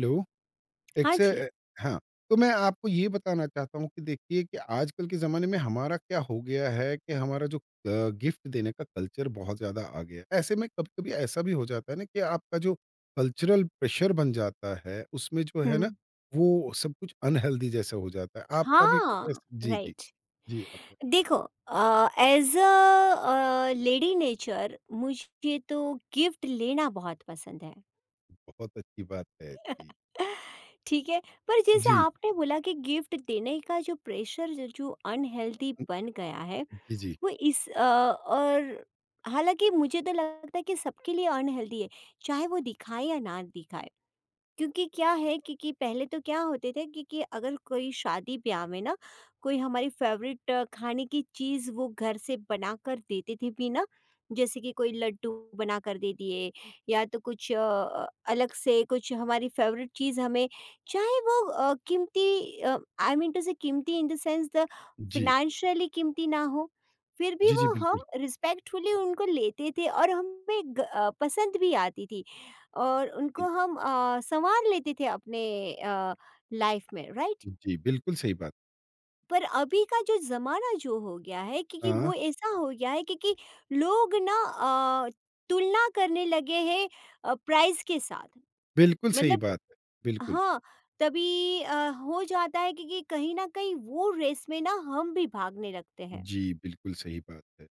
Hello. एक हाँ से जी। अ, हाँ, तो मैं आपको ये बताना चाहता हूँ कि देखिए कि आजकल के ज़माने में हमारा क्या हो गया है कि हमारा जो गिफ्ट देने का कल्चर बहुत ज़्यादा आ गया है। ऐसे में कभी-कभी ऐसा भी हो जाता है ना कि आपका जो कल्चरल प्रेशर बन जाता है, उसमें जो है ना, हुँ। वो सब कुछ अनहेल्दी जैसा हो जाता है। आपका भी कुछ ऐस हाँ, जी, जी। राइट। जी, आप देखो, एज़ अ लेडी नेचर मुझे तो गिफ्ट लेना बहुत पसंद है। बहुत अच्छी बात है। जी, ठीक है? पर जैसे जी, आपने बोला कि गिफ्ट देने का जो प्रेशर ज जो अनहेल्दी हुँ, बन गया है, जी, जी, वो इस और हालाँकि मुझे तो लगता है कि सबके लिए अनहेल्दी है, चाहे वो दिखाए या ना दिखाए। क्योंकि क्या है कि पहले तो क्या होते थे कि अगर कोई शादी ब्याह में ना कोई हमारी फेवरेट खाने की चीज़ वो घर से बना कर देते थे भी ना, जैसे कि कोई लड्डू बना कर दे दिए या तो कुछ अलग से कुछ हमारी फेवरेट चीज़ हमें, चाहे वो कीमती, आई मीन टू से कीमती इन द सेंस द जी। फिनेंशियली कीमती ना हो, फिर भी जी, जी, वो बिल्कुल। हम रिस्पेक्टफुली उनको लेते थे और हमें पसंद भी आती थी। और उनको हम संवार लेते थे अपने, अ, लाइफ में राइट। जी, बिल्कुल सही बात। पर अभी का जो ज़माना जो हो गया है, क्योंकि हाँ, वो ऐसा हो गया है क्योंकि लोग ना अ, तुलना करने लगे हैं प्राइस के साथ। बिल्कुल सही मतलब बात है। बिल्कुल। हाँ, तभी हो जाता है क्योंकि कहीं ना कहीं वो रेस में ना हम भी भागने लगते हैं। जी, बिल्कुल सही बात है।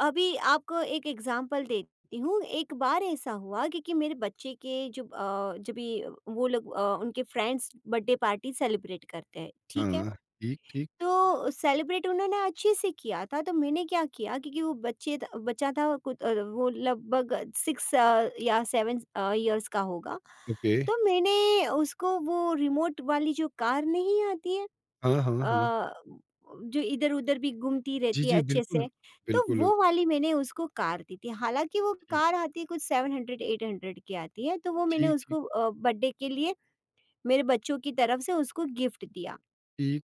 अभी आपको एक एग्जांपल देती हूँ। एक बार ऐसा हुआ क्योंकि मेरे बच्चे के जो जब ये वो लोग उनके फ्रेंड्स बर्थडे पार्टी सेलिब्रेट करते हैं, ठीक है? हाँ, ठीक, ठीक, तो सेलिब्रेट उन्होंने अच्छे से किया था, तो मैंने क्या किया क्योंकि वो बच्चे त बच्चा था, कुछ वो लगभग 6 या 7 इयर्स का होगा। ओके। तो मैंने उसको वो रिमोट वाली जो कार नहीं आती है, हाँ, हाँ, हाँ। अ, जो इधर-उधर भी घूमती जी, रहती है जी, अच्छे बिल्कुल, से, तो बिल्कुल, वो वाली मैंने उसको कार दी थी। हालाँकि वो ठीक, कार आती है कुछ 700 800 की आती है, तो वो मैंने ठीक, ठीक, उसको बर्थडे के लिए मेरे बच्चों की तरफ से उसको गिफ्ट दिया। ठीक।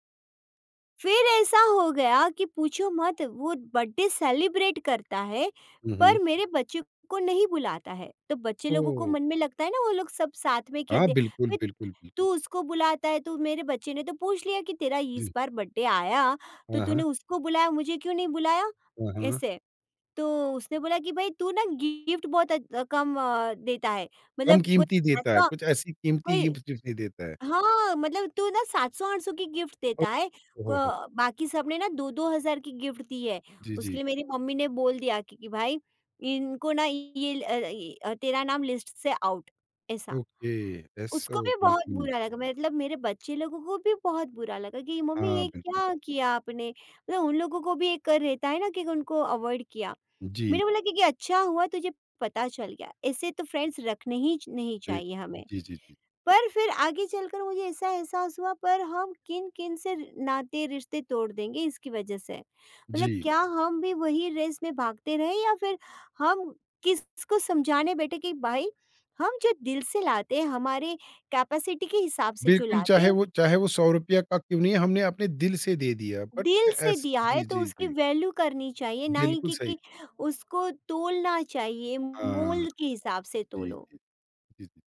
फिर ऐसा हो गया कि पूछो मत, वो बर्थडे सेलिब्रेट करता है, हुँ, हुँ। पर मेरे बच्चे को नहीं बुलाता है। तो बच्चे लोगों को ओह! मन में लगता है ना, वो लोग सब साथ में हाँ, खेलते हैं। बिल्कुल, मैं बिल्कुल, तू बिल्कुल। उसको बुलाता है, तो मेरे बच्चे ने तो पूछ लिया कि तेरा जी, इस बार बर्थडे आया, तो हाँ, हाँ, तूने उसको बुलाया, मुझे क्यों नहीं बुलाया हाँ, हाँ। ऐसे? तो उसने बोला कि भाई तू ना गिफ्ट बहुत कम देता है। कम मतलब कोई कीमती देता है, ऐसा कुछ ऐसी कीमती कोई, गिफ्ट टिप्स नहीं देता है। हाँ मतलब तू ना 700 800 की गिफ्ट ओ देता है हो, हो! को- बाकी सबने ना दो दो हज़ार की गिफ्ट दी है। जी, उसके जी, लिए मेरी मम्मी ने बोल दिया कि भाई इनको ना ये ये, तेरा नाम लिस्ट से आउट, ऐसा। ओके, ऐसा उसको भी बहुत बिल्कुल, बुरा लगा, मतलब मेरे बच्चे लोगों को भी बहुत बुरा लगा कि मम्मी हाँ, ये बिल्कुल। क्या किया आपने? मतलब उन लोगों को भी एक रहता है ना कि उनको अवॉइड किया। जी, मैंने बोला कि अच्छा हुआ तुझे पता चल गया, ऐसे तो फ्रेंड्स रखने ही च नहीं जी, चाहिए हमें। जी, जी, जी। पर फिर आगे चलकर मुझे ऐसा एहसास हुआ, पर हम किन-किन से नाते रिश्ते तोड़ देंगे इसकी वजह से। मतलब जी, क्या हम भी वही रेस में भागते रहे, या फिर हम किसको समझाने बैठे कि भाई हम जो दिल से लाते हैं, हमारे कैपेसिटी के हिसाब से जो बिल्कुल, लाते चाहे हैं, वो चाहे वो ₹100 का क्यों नहीं, हमने अपने दिल से दे दिया, बट दिल से ऐस दिया है जी, तो जी, उसकी जी। वैल्यू करनी चाहिए ना ही बिल्कुल सही। कि उसको तोलना चाहिए, हाँ। मोल के हिसाब से जी, तोलो। जी। जी, जी।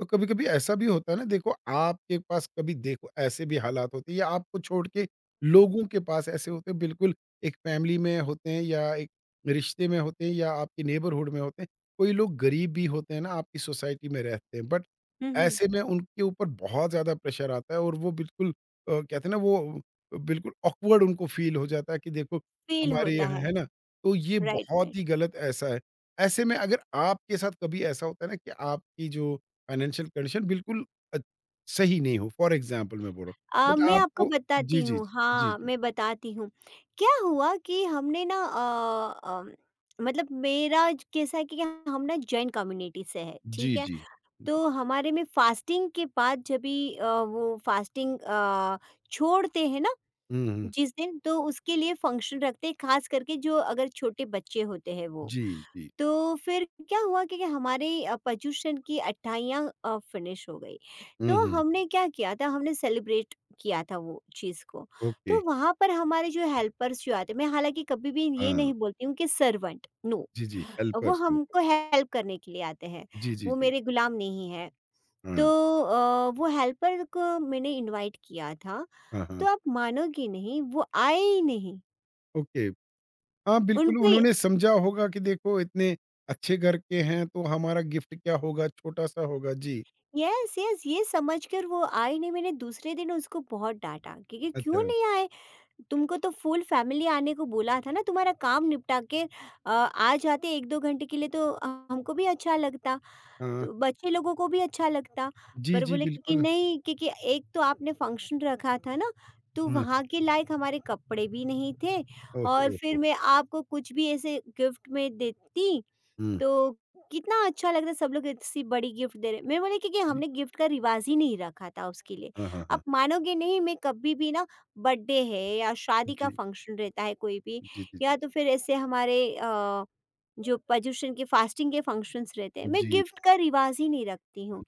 तो कभी-कभी ऐसा भी होता है ना देखो आपके पास कभी देखो ऐसे भी हालात होते हैं या आपको छोड़ के लोगों के पास ऐसे होते हैं बिल्कुल एक फैमिली में होते हैं या एक रिश्ते में होते हैं या आपके नेबरहुड में होते हैं। कोई लोग गरीब भी होते हैं ना आपकी सोसाइटी में रहते हैं बट हुँ, हुँ। ऐसे में उनके ऊपर बहुत ज़्यादा प्रेशर आता है और वो बिल्कुल कहते हैं ना वो बिल्कुल ऑकवर्ड उनको फ़ील हो जाता है कि देखो फ़ील हमारे होता यहाँ है, है ना? तो ये राइट बहुत में। ही गलत ऐसा है। ऐसे में अगर आपके साथ कभी ऐसा होता है ना कि आपकी जो फाइनेंशियल कंडीशन बिल्कुल अ, सही नहीं हो, फॉर एग्ज़ाम्पल मैं बोल रहा हूँ। बट मैं आपको आपको जी, बताती जी, हूँ, जी, हाँ, जी, मैं बताती हूँ। क्या हुआ कि हमने ना मतलब मेरा कैसा है कि हम ना जैन कम्युनिटी से है, ठीक जी, है? जी, जी। तो हमारे में फ़ास्टिंग के बाद जब भी वो फ़ास्टिंग छोड़ते हैं ना हुँ, हुँ। जिस दिन, तो उसके लिए फ़ंक्शन रखते हैं, ख़ास करके जो अगर छोटे बच्चे होते हैं वो। जी, जी। तो फिर क्या हुआ कि हमारे पर्यूषण की अट्ठाइयाँ फिनिश हो गई। हुँ, तो हुँ। हमने क्या किया था, हमने सेलिब्रेट किया था वो चीज़ को। ओके। तो वहाँ पर हमारे जो हेल्पर्स जो आते, मैं हालाँकि कभी भी ये हाँ। नहीं बोलती हूँ कि सर्वेंट, नो। जी, जी, वो हेल्पर्स होते हैं। हमको हेल्प करने के लिए आते हैं, जी, जी, वो जी। मेरे गुलाम नहीं हैं। तो हाँ, वो हेल्पर को मैंने इनवाइट किया था, हाँ, तो हाँ। आप मानोगे नहीं, वो आए ही नहीं। ओके। हाँ, बिल्कुल उनको, उन्होंने समझा होगा कि देखो इतने अच्छे घर के हैं तो हमारा गिफ्ट क्या होगा, छोटा-सा होगा। जी, यस यस ये समझकर वो आई नहीं। मैंने दूसरे दिन उसको बहुत डांटा क्योंकि क्यों अच्छा। नहीं आए? तुमको तो फुल फैमिली आने को बोला था ना, तुम्हारा काम निपटा के आ जाते एक दो घंटे के लिए, तो हमको भी अच्छा लगता, हाँ। तो बच्चे लोगों को भी अच्छा लगता। जी, पर जी, बोले कि बिल्कुल। नहीं क्योंकि एक तो आपने फंक्शन रखा था ना, तो हाँ। वहाँ के लायक हमारे कपड़े भी नहीं थे, ओह और हो, फिर हो! मैं आपको कुछ भी ऐसे गिफ्ट में देती, हुँ। तो कितना अच्छा लगता, सब लोग इतनी बड़ी गिफ्ट दे रहे। मैं बोले कि जी। हमने गिफ्ट का रिवाज ही नहीं रखा था उसके लिए। हाँ, हाँ, आप हाँ। मानोगे नहीं, मैं कभी भी ना, बर्थडे है या शादी का जी। फंक्शन रहता है कोई भी, जी, जी, जी। या तो फिर ऐसे हमारे जो पर्युषण के फास्टिंग के फंक्शंस रहते हैं, मैं जी। गिफ्ट का रिवाज ही नहीं रखती हूँ।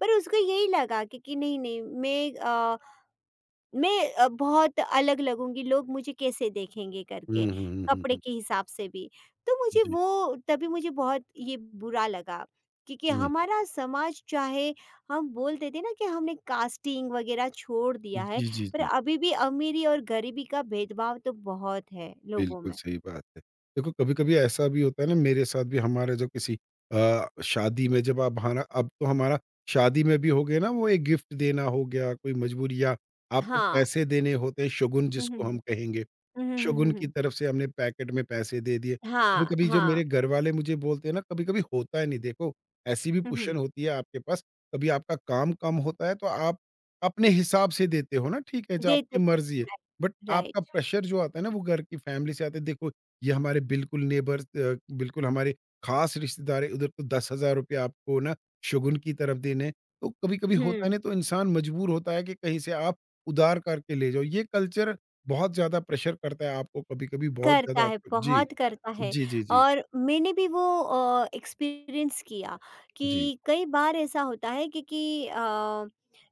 पर उसको यही लगा कि नहीं नहीं मैं बहुत अलग लगूंगी, लोग मुझे कैसे देखेंगे हुँ, करके, हुँ, हुँ, हुँ, कपड़े हुँ। के हिसाब से भी। तो मुझे जी। वो, तभी मुझे बहुत ये बुरा लगा, क्योंकि हुँ। हमारा समाज चाहे हम बोलते थे ना कि हमने कास्टिंग वगैरह छोड़ दिया है, जी, जी, पर जी। अभी भी अमीरी और गरीबी का भेदभाव तो बहुत है लोगों बिल्कुल में। सही बात है। देखो कभी-कभी ऐसा भी होता है ना मेरे साथ भी हमारे जो किसी शादी में जब आप हमारा अब तो हमारा शादी में भी हो गया ना वो एक गिफ्ट देना हो गया, कोई मजबूरी या आपको हाँ, पैसे देने होते हैं शगुन हम्म जिसको हम हम्म कहेंगे। हम्म हम्म शगुन हम्म की हम्म। तरफ से हमने पैकेट में पैसे दे दिए। हाँ, कभी-कभी जो हाँ। मेरे घर वाले मुझे बोलते हैं ना कभी-कभी होता है नहीं देखो, ऐसी भी हुँ, हुँ। पुशन होती है आपके पास, कभी आपका काम कम होता है तो आप अपने हिसाब से देते हो ना ठीक है, जो देते, आपकी मर्ज़ी है। But right, right. आपका प्रेशर जो आता है ना वो घर की फैमिली से आता है देखो ये हमारे बिल्कुल नेबर्स बिल्कुल हमारे खास रिश्तेदार है उधर तो 10 हजार रुपये आपको ना शगुन की तरफ देने हैं। तो कभी कभी होता है हुँ, ना तो इंसान मजबूर होता है कि कहीं से आप उधार करके ले जाओ ये कल्चर बहुत ज्यादा प्रेशर करता है आपको कभी कभी बहुत करता ज्यादा है, आपको जी बहुत करता है। जी जी जी और मैंने भी वो एक्सपीरियंस किया जी कि कई बार ऐसा होता है कि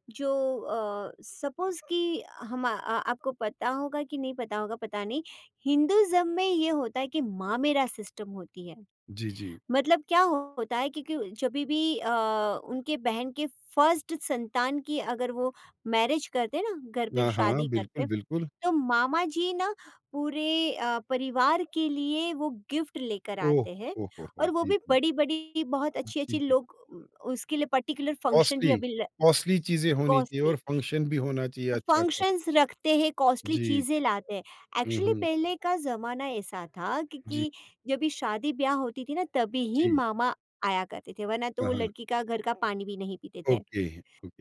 जो सपोज़ कि हम आपको पता होगा कि नहीं पता होगा, पता नहीं, हिंदुइज़्म में ये होता है कि मामेरा सिस्टम होती है। जी जी मतलब क्या होता है क्योंकि जभी भी उनके बहन के फर्स्ट संतान की अगर वो मैरिज करते ना, घर पे हाँ हाँ शादी बिल्कुल करते, बिल्कुल तो मामा जी ना पूरे परिवार के लिए वो गिफ्ट लेकर ओह आते हैं। ओह हो और वो जी भी जी बड़ी बड़ी बहुत अच्छी जी अच्छी जी लोग उसके लिए पर्टिकुलर फंक्शन भी कॉस्टली अभी कॉस्टली चीजें होनी चाहिए और कॉस्टली फंक्शन भी होना चाहिए अच्छा अच्छा। फंक्शंस रखते हैं, कॉस्टली जी, चीज़ें जी। लाते हैं। हुँ, एक्चुअली हुँ। पहले का ज़माना ऐसा था जी, क्योंकि जब भी शादी-ब्याह होती थी ना, तभी ही जी। मामा आया करते थे, वरना तो हाँ, वो हाँ। लड़की का घर का पानी भी नहीं पीते थे। ओके,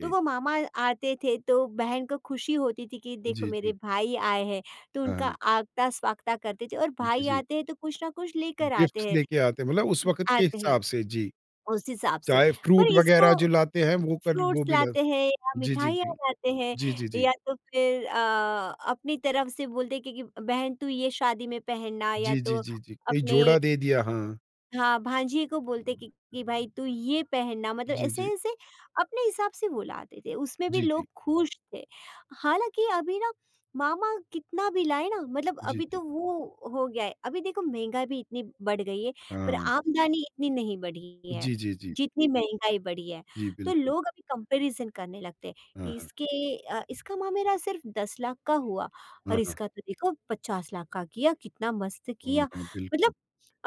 तो वो मामा आते थे तो बहन को खुशी होती थी कि देखो जी, मेरे जी। भाई आए हैं, तो हाँ, उनका हाँ। आगता-स्वागता करते थे, और जी, भाई जी। आते हैं तो कुछ ना कुछ लेकर आते गिफ्ट्स हैं, लेके आते हैं मतलब उस वक़्त के आते हैं हिसाब से जी। उस हिसाब से। चाहे पर फ्रूट वग़ैरह इसको, जो लाते हैं वो कर फ्रूट्स वो भी ला लाते हैं या जी, जी, मिठाइयाँ जी। लाते हैं, जी, जी, जी। या तो फिर अपनी तरफ से बोलते हैं कि बहन तू ये शादी में पहनना, या जी, तो जी, जी, जी। कोई अपने जोड़ा दे दिया हाँ। हाँ, भांजिए को बोलते कि भाई तू ये पहनना, मतलब जी, जी। ऐसे-ऐसे अपने हिसाब से वो लाते थे, उसमें भी जी, जी। लोग खुश थे। हालाँकि अभी ना मामा कितना भी लाए ना, मतलब जी, अभी तो जी। वो हो गया है, अभी देखो महँगाई भी इतनी बढ़ गई है, पर हाँ। आमदनी इतनी नहीं बढ़ी है, जी, जी, जी। जितनी महँगाई बढ़ी है। जी, तो बिल्कुल। लोग अभी कंपैरिज़न करने लगते हैं, हाँ, हाँ। इसके इसका मामेरा सिर्फ 10 लाख का हुआ, और हाँ, हाँ। इसका तो देखो 50 लाख का किया, कितना मस्त हाँ, किया। हाँ। मतलब बिल्कुल।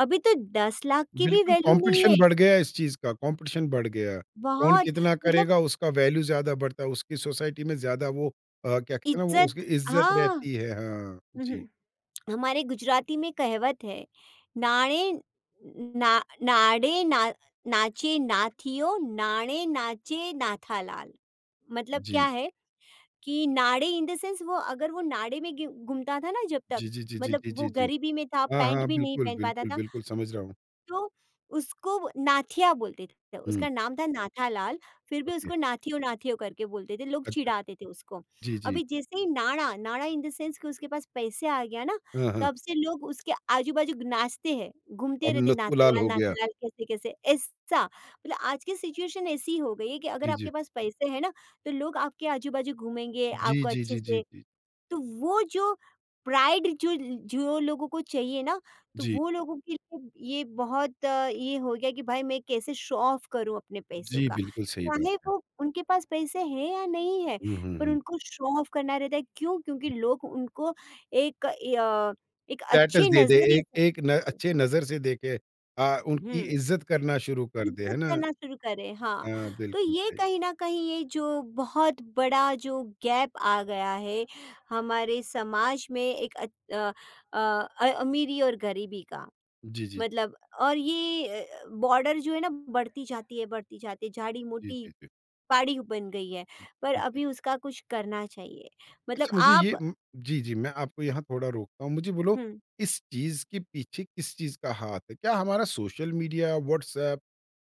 अभी तो 10 लाख की भी बिल्कुल वैल्यू नहीं कॉम्पिटिशन है, बढ़ गया है इस चीज़ का, कॉम्पिटिशन बढ़ गया है। कौन बहुत, कितना मतलब करेगा उसका वैल्यू ज़्यादा बढ़ता है, उसकी सोसाइटी में ज़्यादा वो क्या कहते हैं ना वो उसकी इज़्ज़त इज़्ज़त हाँ। रहती है। हाँ, जी, उहुँ, हमारे गुजराती में कहावत है, नाणे ना नाड़े ना नाचे नाथियो, नाणे नाचे नाथालाल। मतलब क्या जी। है कि नाड़े इन द सेंस, वो अगर वो नाड़े में घी घूमता था ना जब तक, जी, जी, जी, जी, मतलब जी, वो जी, जी। गरीबी में था, हाँ, पैंट हाँ, भी नहीं बिल्कुल, पहन पाता बिल्कुल, था। बिल्कुल समझ रहा हूँ। तो उसको वो नाथिया बोलते थे। हुँ, उसका नाम था नाथालाल, फिर भी ओके, उसको नाथियो नाथियो करके बोलते थे, लोग अच्छा। चिढ़ाते थे उसको। जी, जी। अभी जैसे ही नाणा नाणा इन द सेंस कि उसके पास पैसे आ गया ना, हाँ, हाँ, तब से लोग उसके आजू-बाजू नाचते हैं, घूमते अब रहते, लत-गुलाल नाथालाल हो गया। नाथालाल कैसे-कैसे ऐसा। मतलब आज की सिचुएशन ऐसी हो गई है कि अगर जी, जी। आपके पास पैसे हैं ना, तो लोग आपके आजू-बाजू घूमेंगे, जी, आपको जी, अच्छे जी, जी, से। जी। तो वो जो प्राइड जो जो लोगों को चाहिए ना, तो जी, वो लोगों के लिए ये बहुत ये हो गया कि भाई मैं कैसे शो ऑफ करूँ अपने पैसों जी, का। बिल्कुल सही बात चाहे है। वो उनके पास पैसे हैं या नहीं है, हुँ, हुँ, पर हुँ, उनको शो ऑफ करना रहता है। क्यों? क्योंकि हुँ। लोग उनको एक य एक स्टेटस अच्छी दे दे, नज़रिए एक से, एक न अच्छे नज़र से देखे, उनकी हुँ। इज़्ज़त करना शुरू कर दे, है इज़्ज़त ना? करना शुरू करें, हाँ। हाँ, तो बिल्कुल ये सही। कहीं न कहीं ये जो बहुत बड़ा जो गैप आ गया है हमारे समाज में एक अ अमीरी और गरीबी का। जी, जी। मतलब और ये बॉर्डर जो है ना, बढ़ती जाती है, जी, झाड़ी-मोटी जी, जी। पहाड़ी बन गई है, पर जी, जी। अभी उसका कुछ करना चाहिए। मतलब अच्छा मुझे ये आप, जी, जी, मैं आपको यहाँ थोड़ा रोकता हूँ। मुझे बोलो हुँ, इस चीज़ के पीछे किस चीज़ का हाथ है? क्या हमारा social media, WhatsApp,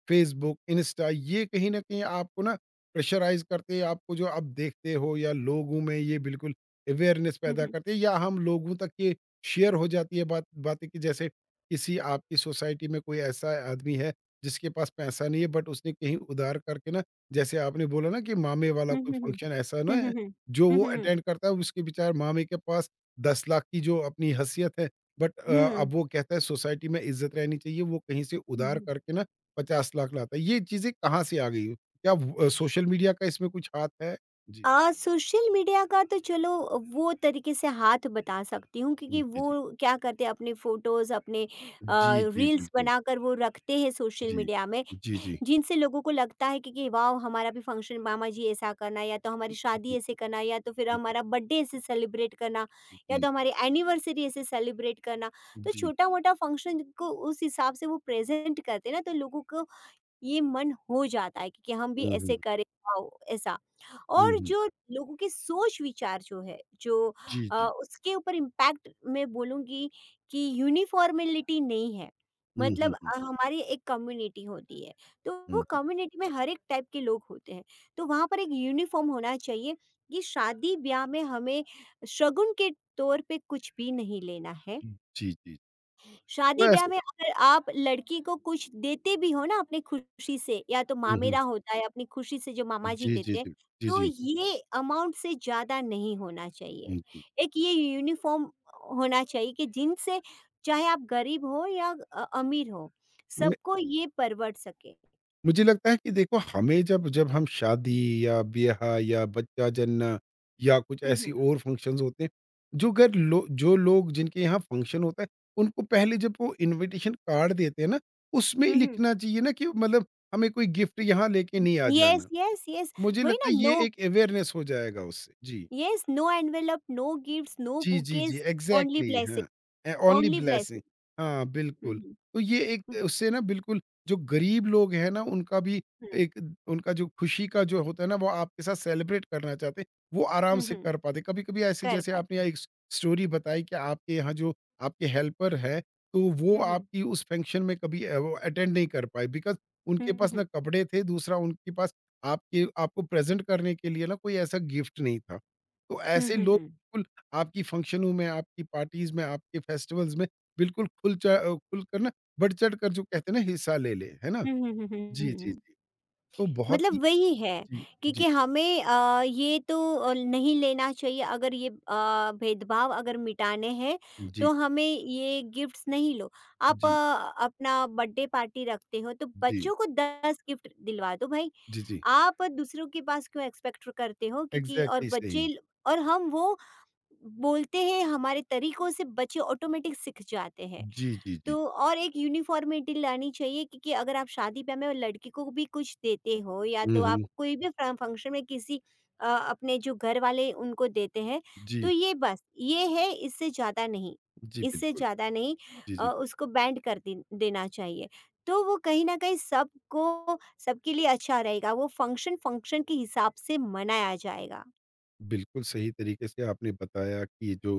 Facebook, Insta ये कहीं न कहीं आपको ना प्रेशराइज़ करते हैं, आपको जो आप देखते हो या लोगों में ये बिल्कुल अवेयरनेस हुँ, पैदा हुँ। करते हैं या हम लोगों तक ये शेयर हो जाती है बात बातें कि जैसे किसी आपकी सोसाइटी में कोई ऐसा आदमी है जिसके पास पैसा नहीं है बट उसने कहीं उधार करके ना जैसे आपने बोला ना कि मामे वाला हुँ, कोई हुँ, हुँ। फंक्शन ऐसा ना हुँ, है, हुँ, हुँ। जो हुँ, वो हुँ, हुँ। अटेंड करता है उसके बेचारे मामे के पास 10 लाख की जो अपनी हैसियत है बट अब वो कहता है सोसाइटी में इज्जत रहनी चाहिए वो कहीं से हुँ, उधार हुँ, हुँ। करके ना 50 लाख लाता है। ये चीज़ें कहाँ से आ गई? क्या व सोशल मीडिया का इसमें कुछ हाथ है? जी। आ, सोशल मीडिया का तो चलो, वो तरीके से हाथ बता सकती हूँ क्योंकि जी, वो जी। क्या करते हैं अपने फोटोज़, अपने आ, जी, जी, रील्स बिल्कुल। बनाकर वो रखते हैं सोशल जी। मीडिया में, जी, जी। जिनसे लोगों को लगता है कि वाह हमारा भी फंक्शन मामा जी ऐसा करना, या तो हमारी शादी जी, ऐसे करना, या तो फिर जी, हमारा बर्थडे ऐसे सेलिब्रेट करना, या तो जी, हमारी एनिवर्सरी ऐसे सेलिब्रेट करना। तो जी, जी। छोटा मोटा फंक्शन को उस हिसाब से वो प्रेजेंट करते हैं ना, तो लोगों को ये मन हो जाता है कि हम भी हुँ, हुँ। ऐसे करें, वाओ ऐसा। हुँ, और हुँ। जो लोगों के सोच विचार जो है जो जी, अ, जी। उसके ऊपर इम्पैक्ट मैं बोलूँगी कि यूनिफ़ॉर्मेलिटी नहीं है। हुँ, हुँ, मतलब हुँ, हमारी एक कम्युनिटी होती है, तो हुँ, वो हुँ। कम्युनिटी में हर एक टाइप के लोग होते हैं, तो वहाँ पर एक यूनिफ़ॉर्म होना चाहिए कि शादी-ब्याह में हमें शगुन के तौर पे कुछ भी नहीं लेना है। जी, जी। तो शादी-ब्याह ऐसे में अगर आप लड़की को कुछ देते भी हो ना अपनी खुशी से, या तो हुँ, हुँ। मामेरा होता है अपनी खुशी से जो मामा जी जी, जी, देते हैं, जी। जी, तो जी। ये अमाउंट से ज़्यादा नहीं होना चाहिए। हुँ, जी। एक ये यूनिफ़ॉर्म होना चाहिए कि जिनसे चाहे आप गरीब हो या अमीर हो, सबको ये परवट सके। मुझे लगता है कि देखो हमें जब जब हम शादी या ब्याह या बच्चा जन्ना या कुछ हुँ, ऐसी हुँ। और फंक्शंस होते हैं जो घर लो, जो लोग जिनके यहाँ फंक्शन होता है उनको पहले जब वो इनविटेशन कार्ड देते हैं ना उसमें हुँ, हुँ। लिखना चाहिए ना कि मतलब हमें कोई गिफ्ट यहाँ लेके नहीं आ येस, जाना येस, येस। मुझे वही ना, लगता है ये नो, एक अवेयरनेस हो जाएगा उससे जी yes, no envelope, no gifts, no जी, जी, जी, बुकेज, ओनली एग्ज़ैक्टली हाँ, blessing, a only only blessing blessing. हाँ, हुँ, बिल्कुल। हुँ। तो ये एक हुँ, उससे ना बिल्कुल जो गरीब लोग हैं ना, उनका भी हुँ। एक उनका जो खुशी का जो होता है ना, वो आपके साथ सेलिब्रेट करना चाहते हैं, वो आराम हुँ, से हुँ। कर पाते हैं। कभी-कभी ऐसे कर जैसे आपने पाते यहाँ हैं। एक स स्टोरी बताई कि आपके यहाँ जो आपके हेल्पर हैं, तो वो हुँ, हुँ। आपकी उस फंक्शन में कभी वो अटेंड नहीं कर पाए बिकॉज़ उनके हुँ, पास ना हुँ। कपड़े थे, दूसरा उनके पास आपके आपको प्रेज़ेंट करने के लिए ना कोई ऐसा गिफ्ट नहीं था। तो हुँ, ऐसे हुँ, लोग हुँ। बिल्कुल आपकी फंक्शनों में, आपकी पार्टीज़ में, आपके फेस्टिवल्स में बिल्कुल खुल कर ना बढ़-चढ़ कर जो कहते हैं ना हिस्सा ले ले, है ना? हुँ, हुँ, हुँ, हुँ, जी, हुँ, जी, हुँ। जी। तो बहुत ही मतलब वही है जी, जी, क्योंकि हमें ये तो नहीं लेना चाहिए, अगर ये भेदभाव अगर मिटाने हैं जी, तो हमें ये गिफ्ट्स नहीं लो। आप जी, अपना बर्थडे पार्टी रखते हो तो जी, बच्चों को 10 गिफ्ट दिलवा दो भाई। जी, जी। आप दूसरों के पास क्यों एक्सपेक्ट करते हो क्योंकि और एग्ज़ैक्टली सही। बच्चे, और हम वो बोलते हैं, हमारे तरीकों से बच्चे ऑटोमेटिक सीख जाते हैं। जी, जी, जी। तो और एक यूनिफॉर्मिटी लानी चाहिए, क्योंकि अगर आप शादी ब्याह में लड़की को भी कुछ देते हो, या हुँ, तो आप हुँ। कोई भी फंक्शन में किसी अपने जो घर वाले उनको देते हैं, तो जी, ये बस ये है, इससे ज़्यादा नहीं, जी इससे बिल्कुल। ज़्यादा नहीं। जी, जी। उसको बैंड कर देना चाहिए, तो वो कहीं ना कहीं सबको, सबके लिए अच्छा रहेगा, वो फंक्शन फंक्शन के हिसाब से मनाया जाएगा। बिल्कुल सही तरीके से आपने बताया कि जो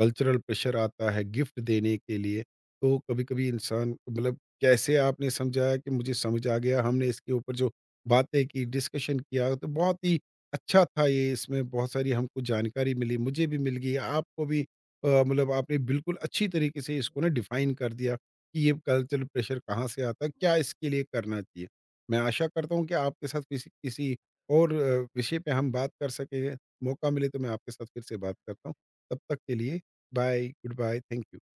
कल्चरल प्रेशर आता है गिफ्ट देने के लिए तो कभी कभी इंसान मतलब कैसे आपने समझाया कि मुझे समझ आ गया हमने इसके ऊपर जो बातें की डिस्कशन किया तो बहुत ही अच्छा था ये इसमें बहुत सारी हमको जानकारी मिली मुझे भी मिल गई आपको भी मतलब आपने बिल्कुल अच्छी तरीके से इसको ना डिफाइन कर दिया कि ये कल्चरल प्रेशर कहाँ से आता है क्या इसके लिए करना चाहिए मैं आशा करता हूँ कि आपके साथ किसी किसी और विषय पे हम बात कर सकें मौका मिले तो मैं आपके साथ फिर से बात करता हूँ। तब तक के लिए bye, good bye, thank you.